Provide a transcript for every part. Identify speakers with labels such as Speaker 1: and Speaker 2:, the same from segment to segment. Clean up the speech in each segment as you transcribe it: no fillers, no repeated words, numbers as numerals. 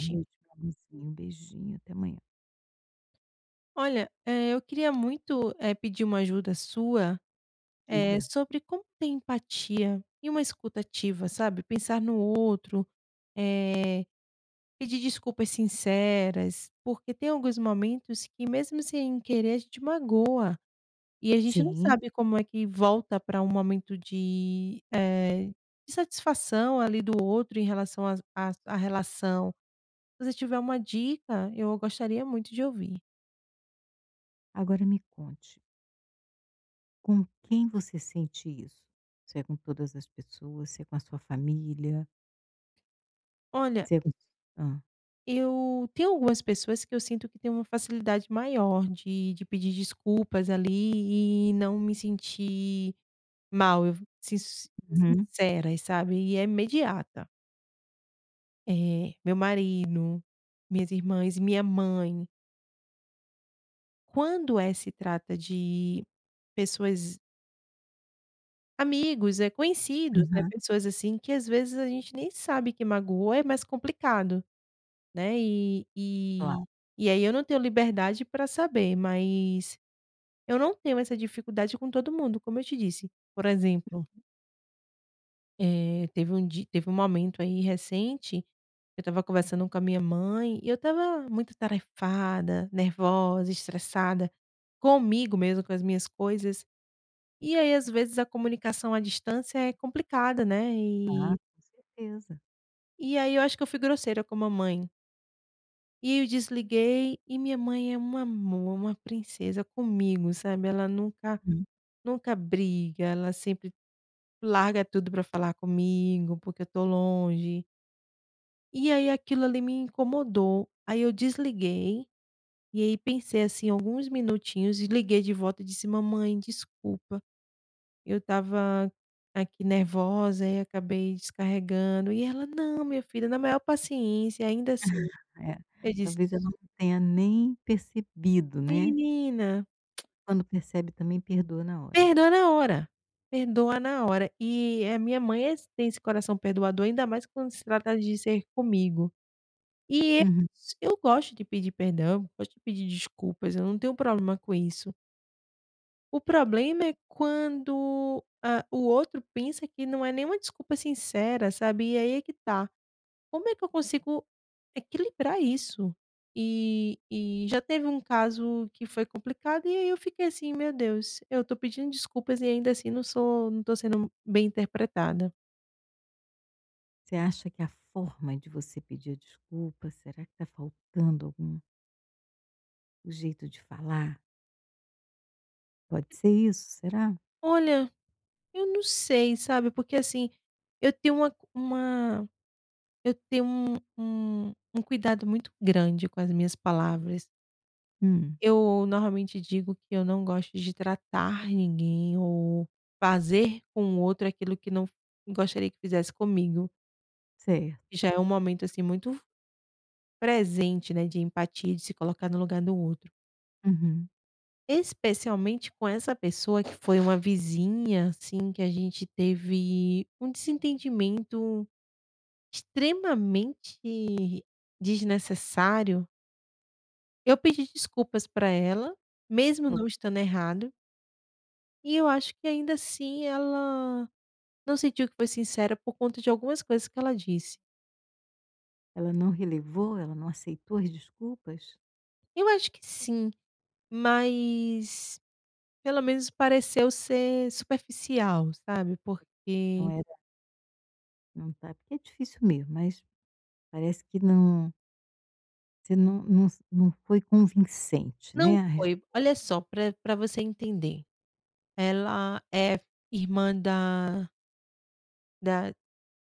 Speaker 1: Boa noite, meu amorzinho. Um beijinho, até amanhã.
Speaker 2: Olha, eu queria muito, pedir uma ajuda sua,
Speaker 1: Diga.
Speaker 2: sobre como ter empatia e uma escuta ativa, sabe, pensar no outro, pedir desculpas sinceras, porque tem alguns momentos que mesmo sem querer a gente magoa, e a gente não
Speaker 1: Sim.
Speaker 2: sabe como é que volta para um momento de, de satisfação ali do outro em relação às à relação. Se você tiver uma dica, eu gostaria muito de ouvir.
Speaker 1: Agora me conte, com quem você sente isso? Se é com todas as pessoas, se é com a sua família,
Speaker 2: Olha,
Speaker 1: se é com hã.
Speaker 2: eu tenho algumas pessoas que eu sinto que têm uma facilidade maior de pedir desculpas ali e não me sentir mal, eu sin
Speaker 1: Uhum,
Speaker 2: sinceras, sabe, e é imediata. Meu marido, minhas irmãs, minha mãe. Quando é se trata de pessoas, amigos, é conhecidos, né,
Speaker 1: aham.
Speaker 2: pessoas assim que às vezes a gente nem sabe que magoou, é mais complicado, né, e
Speaker 1: Claro,
Speaker 2: e e aí eu não tenho liberdade para saber, mas eu não tenho essa dificuldade com todo mundo, como eu te disse. Por exemplo, teve um momento aí recente, eu estava conversando com a minha mãe e eu estava muito atarefada, nervosa, estressada, comigo mesmo com as minhas coisas. E aí, às vezes, a comunicação à distância é complicada, né. E
Speaker 1: ah, com certeza.
Speaker 2: e aí eu acho que eu fui grosseira com a mamãe. E eu desliguei e minha mãe é um amor, uma princesa comigo, sabe. Ela nunca
Speaker 1: Uhum.
Speaker 2: nunca briga, ela sempre larga tudo pra falar comigo, porque eu tô longe. E aí aquilo ali me incomodou. Aí eu desliguei, e aí pensei, assim, alguns minutinhos e liguei de volta e disse: "Mamãe, desculpa, eu estava aqui nervosa e acabei descarregando". E ela: "Não, minha filha", na maior paciência, ainda assim,
Speaker 1: É,
Speaker 2: eu disse:
Speaker 1: talvez ela não tenha nem percebido, né.
Speaker 2: "Menina,
Speaker 1: Quando percebe também perdoa na hora.
Speaker 2: perdoa na hora, perdoa na hora". E a minha mãe é tem esse coração perdoador, ainda mais quando se trata de ser comigo. E eu
Speaker 1: Uhum.
Speaker 2: eu gosto de pedir perdão, gosto de pedir desculpas, eu não tenho problema com isso. O problema é quando, ah, o outro pensa que não é nenhuma desculpa sincera, sabe, e aí é que tá. Como é que eu consigo equilibrar isso? E já teve um caso que foi complicado e aí eu fiquei assim: "Meu Deus, eu tô pedindo desculpas e ainda assim não tô sendo bem interpretada".
Speaker 1: Você acha que a forma de você pedir a desculpa, será que está faltando algum o jeito de falar? Pode ser isso, será?
Speaker 2: Olha, eu não sei, sabe, porque assim, eu tenho uma eu tenho um cuidado muito grande com as minhas palavras.
Speaker 1: Hum.
Speaker 2: Eu normalmente digo que eu não gosto de tratar ninguém ou fazer com o outro aquilo que não gostaria que fizesse comigo,
Speaker 1: Certo.
Speaker 2: já é um momento, assim, muito presente, né, de empatia, de se colocar no lugar do outro.
Speaker 1: Uhum.
Speaker 2: Especialmente com essa pessoa que foi uma vizinha, assim, que a gente teve um desentendimento extremamente desnecessário. Eu pedi desculpas pra ela, mesmo
Speaker 1: O
Speaker 2: não estando errado, e eu acho que ainda assim ela não sentiu que foi sincera por conta de algumas coisas que ela disse.
Speaker 1: Ela não relevou, ela não aceitou as desculpas?
Speaker 2: Eu acho que sim, mas pelo menos pareceu ser superficial, sabe,
Speaker 1: Não
Speaker 2: porque
Speaker 1: era não tá porque é difícil mesmo, mas parece que não você não foi convincente,
Speaker 2: não
Speaker 1: né, a
Speaker 2: foi. Olha
Speaker 1: resposta.
Speaker 2: só, pra você entender, ela é irmã da da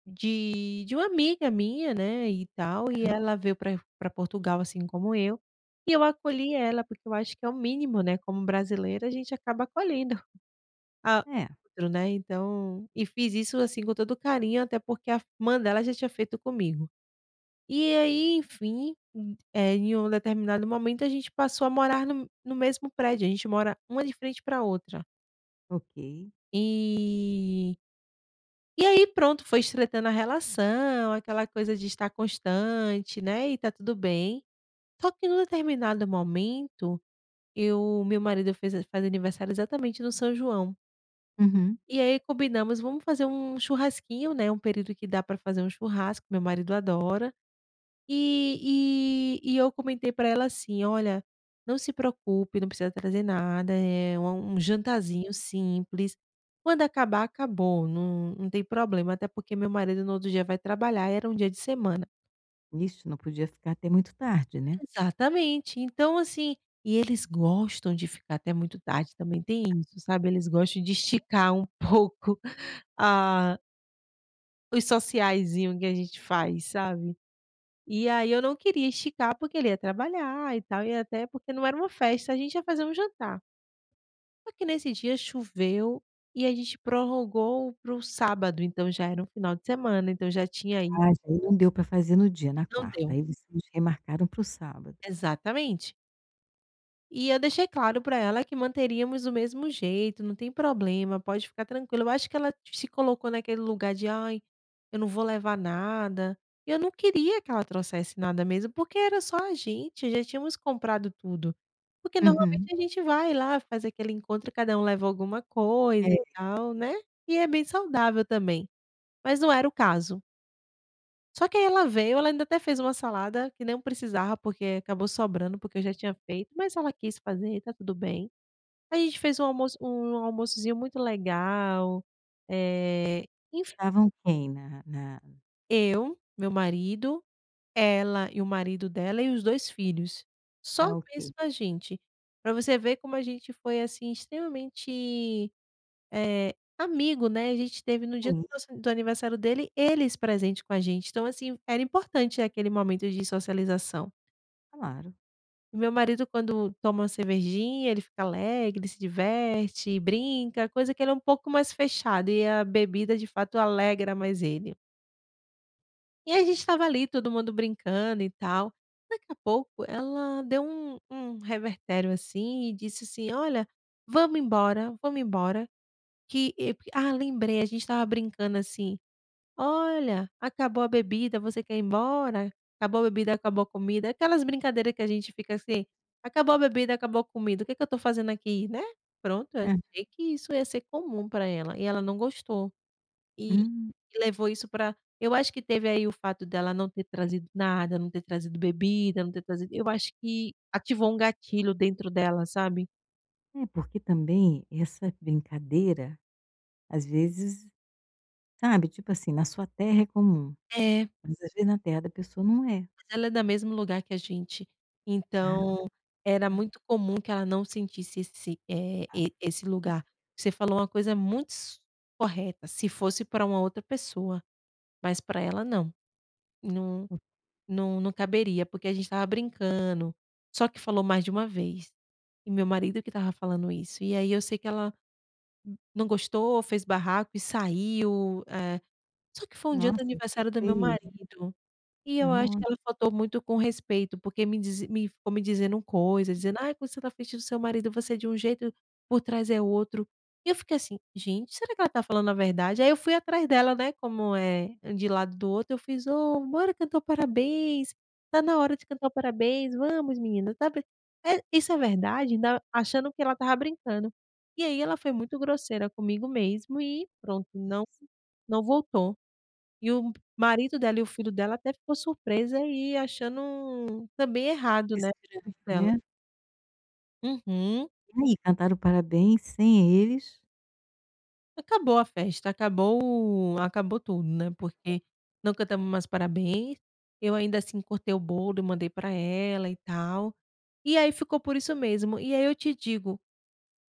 Speaker 2: De uma amiga minha, né, e tal, e ela veio para Portugal, assim como eu, e eu acolhi ela, porque eu acho que é o mínimo, né, como brasileira a gente acaba acolhendo a
Speaker 1: É,
Speaker 2: outro, né, então e fiz isso, assim, com todo carinho, até porque a mãe dela já tinha feito comigo. E aí, enfim, em um determinado momento a gente passou a morar no mesmo prédio, a gente mora uma de frente para outra.
Speaker 1: ok.
Speaker 2: E E aí pronto, foi estreitando a relação, aquela coisa de estar constante, né, e tá tudo bem. Só que num determinado momento, eu meu marido fez faz aniversário exatamente no São João.
Speaker 1: Uhum.
Speaker 2: E aí combinamos: "Vamos fazer um churrasquinho", né, um período que dá pra fazer um churrasco, meu marido adora. E eu comentei pra ela assim: "Olha, não se preocupe, não precisa trazer nada, é um jantarzinho simples. Quando acabar, acabou, não tem problema, até porque meu marido no outro dia vai trabalhar", era um dia de semana.
Speaker 1: Isso, não podia ficar até muito tarde, né.
Speaker 2: Exatamente. Então assim, e eles gostam de ficar até muito tarde, também tem isso, sabe, eles gostam de esticar um pouco a os sociaizinho que a gente faz, sabe. E aí eu não queria esticar, porque ele ia trabalhar e tal, e até porque não era uma festa, a gente ia fazer um jantar. Só que nesse dia choveu e a gente prorrogou para o sábado, então já era um final de semana, então já tinha aí
Speaker 1: Ah, ah, já aí não deu para fazer no dia, na
Speaker 2: não
Speaker 1: quarta,
Speaker 2: deu.
Speaker 1: aí vocês remarcaram para o sábado.
Speaker 2: Exatamente. E eu deixei claro para ela que manteríamos o mesmo jeito, não tem problema, pode ficar tranquila. Eu acho que ela se colocou naquele lugar de: "Ai, eu não vou levar nada". Eu não queria que ela trouxesse nada mesmo, porque era só a gente, já tínhamos comprado tudo. Porque
Speaker 1: Uhum.
Speaker 2: normalmente a gente vai lá, faz aquele encontro, cada um leva alguma coisa
Speaker 1: É,
Speaker 2: e tal, né, e é bem saudável também, mas não era o caso. Só que aí ela veio, ela ainda até fez uma salada que não precisava, porque acabou sobrando, porque eu já tinha feito, mas ela quis fazer e tá tudo bem. A gente fez um almoço um almoçozinho muito legal, enfim,
Speaker 1: estavam quem na
Speaker 2: eu, meu marido, ela e o marido dela e os 2 filhos. Só
Speaker 1: ah, ok.
Speaker 2: mesmo a gente, pra você ver como a gente foi, assim, extremamente, amigo, né, a gente teve no dia do
Speaker 1: Sim,
Speaker 2: nosso do aniversário dele, eles presente com a gente, então, assim, era importante aquele momento de socialização.
Speaker 1: claro.
Speaker 2: O meu marido quando toma uma cervejinha, ele fica alegre, se diverte, brinca, coisa que ele é um pouco mais fechado e a bebida de fato alegra mais ele. E a gente estava ali, todo mundo brincando e tal. Daqui a pouco ela deu um revertério, assim, e disse assim: "Olha, vamos embora que" lembrei, a gente estava brincando assim: "Olha, acabou a bebida, você quer ir embora? Acabou a bebida, acabou a comida", aquelas brincadeiras que a gente fica assim: "Acabou a bebida, acabou a comida, o que que eu tô fazendo aqui?", né. Pronto, eu
Speaker 1: É.
Speaker 2: achei que isso ia ser comum pra ela, e ela não gostou, e
Speaker 1: Hum.
Speaker 2: e levou isso pra eu acho que teve aí o fato dela não ter trazido nada, não ter trazido bebida, não ter trazido, eu acho que ativou um gatilho dentro dela, sabe.
Speaker 1: É, porque também essa brincadeira às vezes, sabe, tipo assim, na sua terra é comum,
Speaker 2: É.
Speaker 1: mas às vezes na terra da pessoa não é.
Speaker 2: Ela é da mesmo lugar que a gente,
Speaker 1: "Ah,
Speaker 2: então era
Speaker 1: ah,
Speaker 2: muito comum que ela não sentisse esse, esse
Speaker 1: tá
Speaker 2: lugar. Você falou uma coisa muito s correta, se fosse pra uma outra pessoa, mas pra ela não, não
Speaker 1: assim,
Speaker 2: não não caberia, porque a gente estava brincando, só que falou mais de uma vez, e meu marido que estava falando isso, e aí eu sei que ela não gostou, fez barraco e saiu, só que foi um dia do
Speaker 1: nossa,
Speaker 2: aniversário
Speaker 1: que
Speaker 2: do meu
Speaker 1: feio,
Speaker 2: marido. E eu acho que
Speaker 1: nossa,
Speaker 2: ela faltou muito com respeito, porque me dizi me ficou me dizendo coisas, dizendo: "Ai, quando você tá na frente do seu marido, você é de um jeito, por trás é outro". E eu fiquei assim: "Gente, será que ela tá falando a verdade?". Aí eu fui atrás dela, né, como é de lado do outro, eu fiz: "Ô, bora cantar o parabéns, tá na hora de cantar o parabéns, vamos menina, tá bem". É, isso é verdade, ainda achando que ela tava brincando. E aí ela foi muito grosseira comigo mesmo e pronto, não voltou. E o marido dela e o filho dela até ficou surpresa e achando também errado,
Speaker 1: que
Speaker 2: né,
Speaker 1: estranho",
Speaker 2: dela.
Speaker 1: né.
Speaker 2: Uhum.
Speaker 1: E aí, cantar o parabéns sem eles,
Speaker 2: Acabou a festa, acabou tudo, né, porque não cantamos mais parabéns, eu ainda assim cortei o bolo e mandei pra ela e tal, e aí ficou por isso mesmo. E aí eu te digo,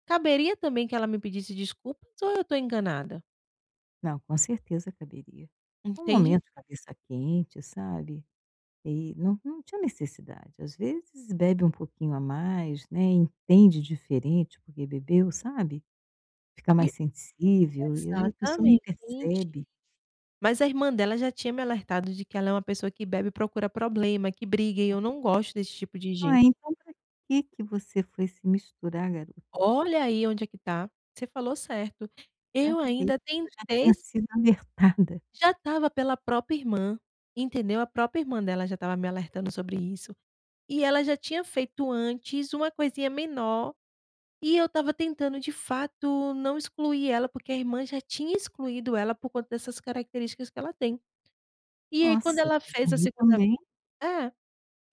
Speaker 2: caberia também que ela me pedisse desculpas ou eu tô enganada?
Speaker 1: não, com certeza caberia. Um
Speaker 2: Entende?
Speaker 1: momento de cabeça quente, sabe, e não não tinha necessidade. Às vezes bebe um pouquinho a mais, né, entende diferente porque bebeu, sabe, fica
Speaker 2: E
Speaker 1: mais sensível e às vezes a pessoa nem
Speaker 2: exatamente.
Speaker 1: percebe.
Speaker 2: Mas a irmã dela já tinha me alertado de que ela é uma pessoa que bebe e procura problema, que briga, e eu não gosto desse tipo de
Speaker 1: Não
Speaker 2: gente.
Speaker 1: é, então pra que você foi se misturar, garota?
Speaker 2: Olha aí onde é que tá, você falou certo.
Speaker 1: Pra
Speaker 2: Eu
Speaker 1: quê?
Speaker 2: ainda
Speaker 1: Eu já
Speaker 2: tentei,
Speaker 1: tinha sido alertada.
Speaker 2: já estava pela própria irmã, entendeu? A própria irmã dela já estava me alertando sobre isso, e ela já tinha feito antes uma coisinha menor, e eu estava tentando de fato não excluir ela, porque a irmã já tinha excluído ela por conta dessas características que ela tem. E aí quando
Speaker 1: Nossa,
Speaker 2: ela
Speaker 1: mas
Speaker 2: fez a
Speaker 1: aí
Speaker 2: segunda,
Speaker 1: também
Speaker 2: é.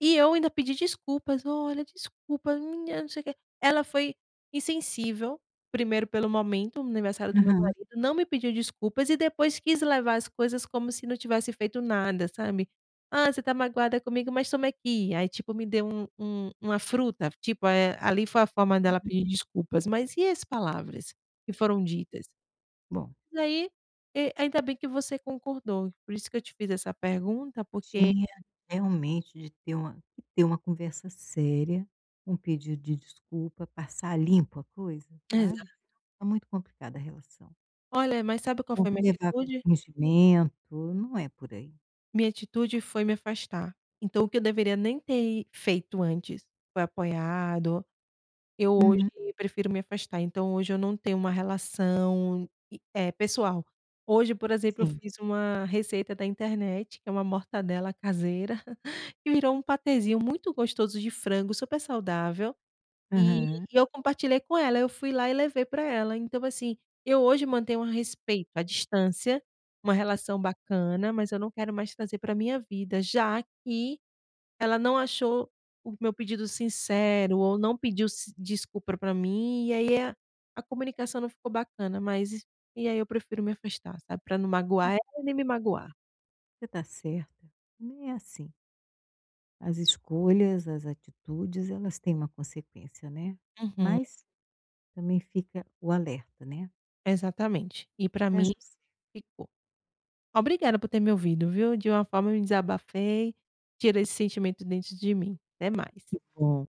Speaker 2: E eu ainda pedi desculpas: "Olha, desculpa, minha não sei o quê". Ela foi insensível, primeiro pelo momento, no aniversário do meu
Speaker 1: aham.
Speaker 2: marido, não me pediu desculpas e depois quis levar as coisas como se não tivesse feito nada, sabe. "Ah, você tá magoada comigo, mas toma aqui". Aí, tipo, me deu um uma fruta, tipo, ali foi a forma dela pedir desculpas, mas e as palavras que foram ditas?
Speaker 1: Bom,
Speaker 2: E aí, ainda bem que você concordou, por isso que eu te fiz essa pergunta, porque
Speaker 1: tinha realmente de ter uma conversa séria, um pedido de desculpa, passar a limpo a coisa, sabe.
Speaker 2: exato.
Speaker 1: Senão muito complicada a relação.
Speaker 2: "Olha, mas sabe qual
Speaker 1: Ou
Speaker 2: foi a
Speaker 1: vai
Speaker 2: minha
Speaker 1: levar com
Speaker 2: atitude?"
Speaker 1: fingimento, não é por aí.
Speaker 2: Minha atitude foi me afastar. Então o que eu deveria nem ter feito antes, foi apoiado. Eu hoje
Speaker 1: Uhum,
Speaker 2: prefiro me afastar, então hoje eu não tenho uma relação e pessoal. Hoje, por exemplo, eu
Speaker 1: sim.
Speaker 2: fiz uma receita da internet, que é uma mortadela caseira, que virou um patezinho muito gostoso de frango, super saudável. E
Speaker 1: Aham.
Speaker 2: e eu compartilhei com ela, eu fui lá e levei para ela. Então assim, eu hoje mantenho um respeito à distância, uma relação bacana, mas eu não quero mais trazer para minha vida, já que ela não achou o meu pedido sincero ou não pediu s desculpa para mim, e aí a comunicação não ficou bacana, mas e aí eu prefiro me afastar, sabe, para não magoar ela e nem me magoar.
Speaker 1: Você tá certa, também é assim. As escolhas, as atitudes, elas têm uma consequência, né.
Speaker 2: Uhum,
Speaker 1: Mas também fica o alerta, né.
Speaker 2: exatamente. E para
Speaker 1: Que a
Speaker 2: mim ficou. Obrigada por ter me ouvido, viu. De uma forma eu me desabafei, tirei esse sentimento dentro de mim. Até mais.
Speaker 1: bom.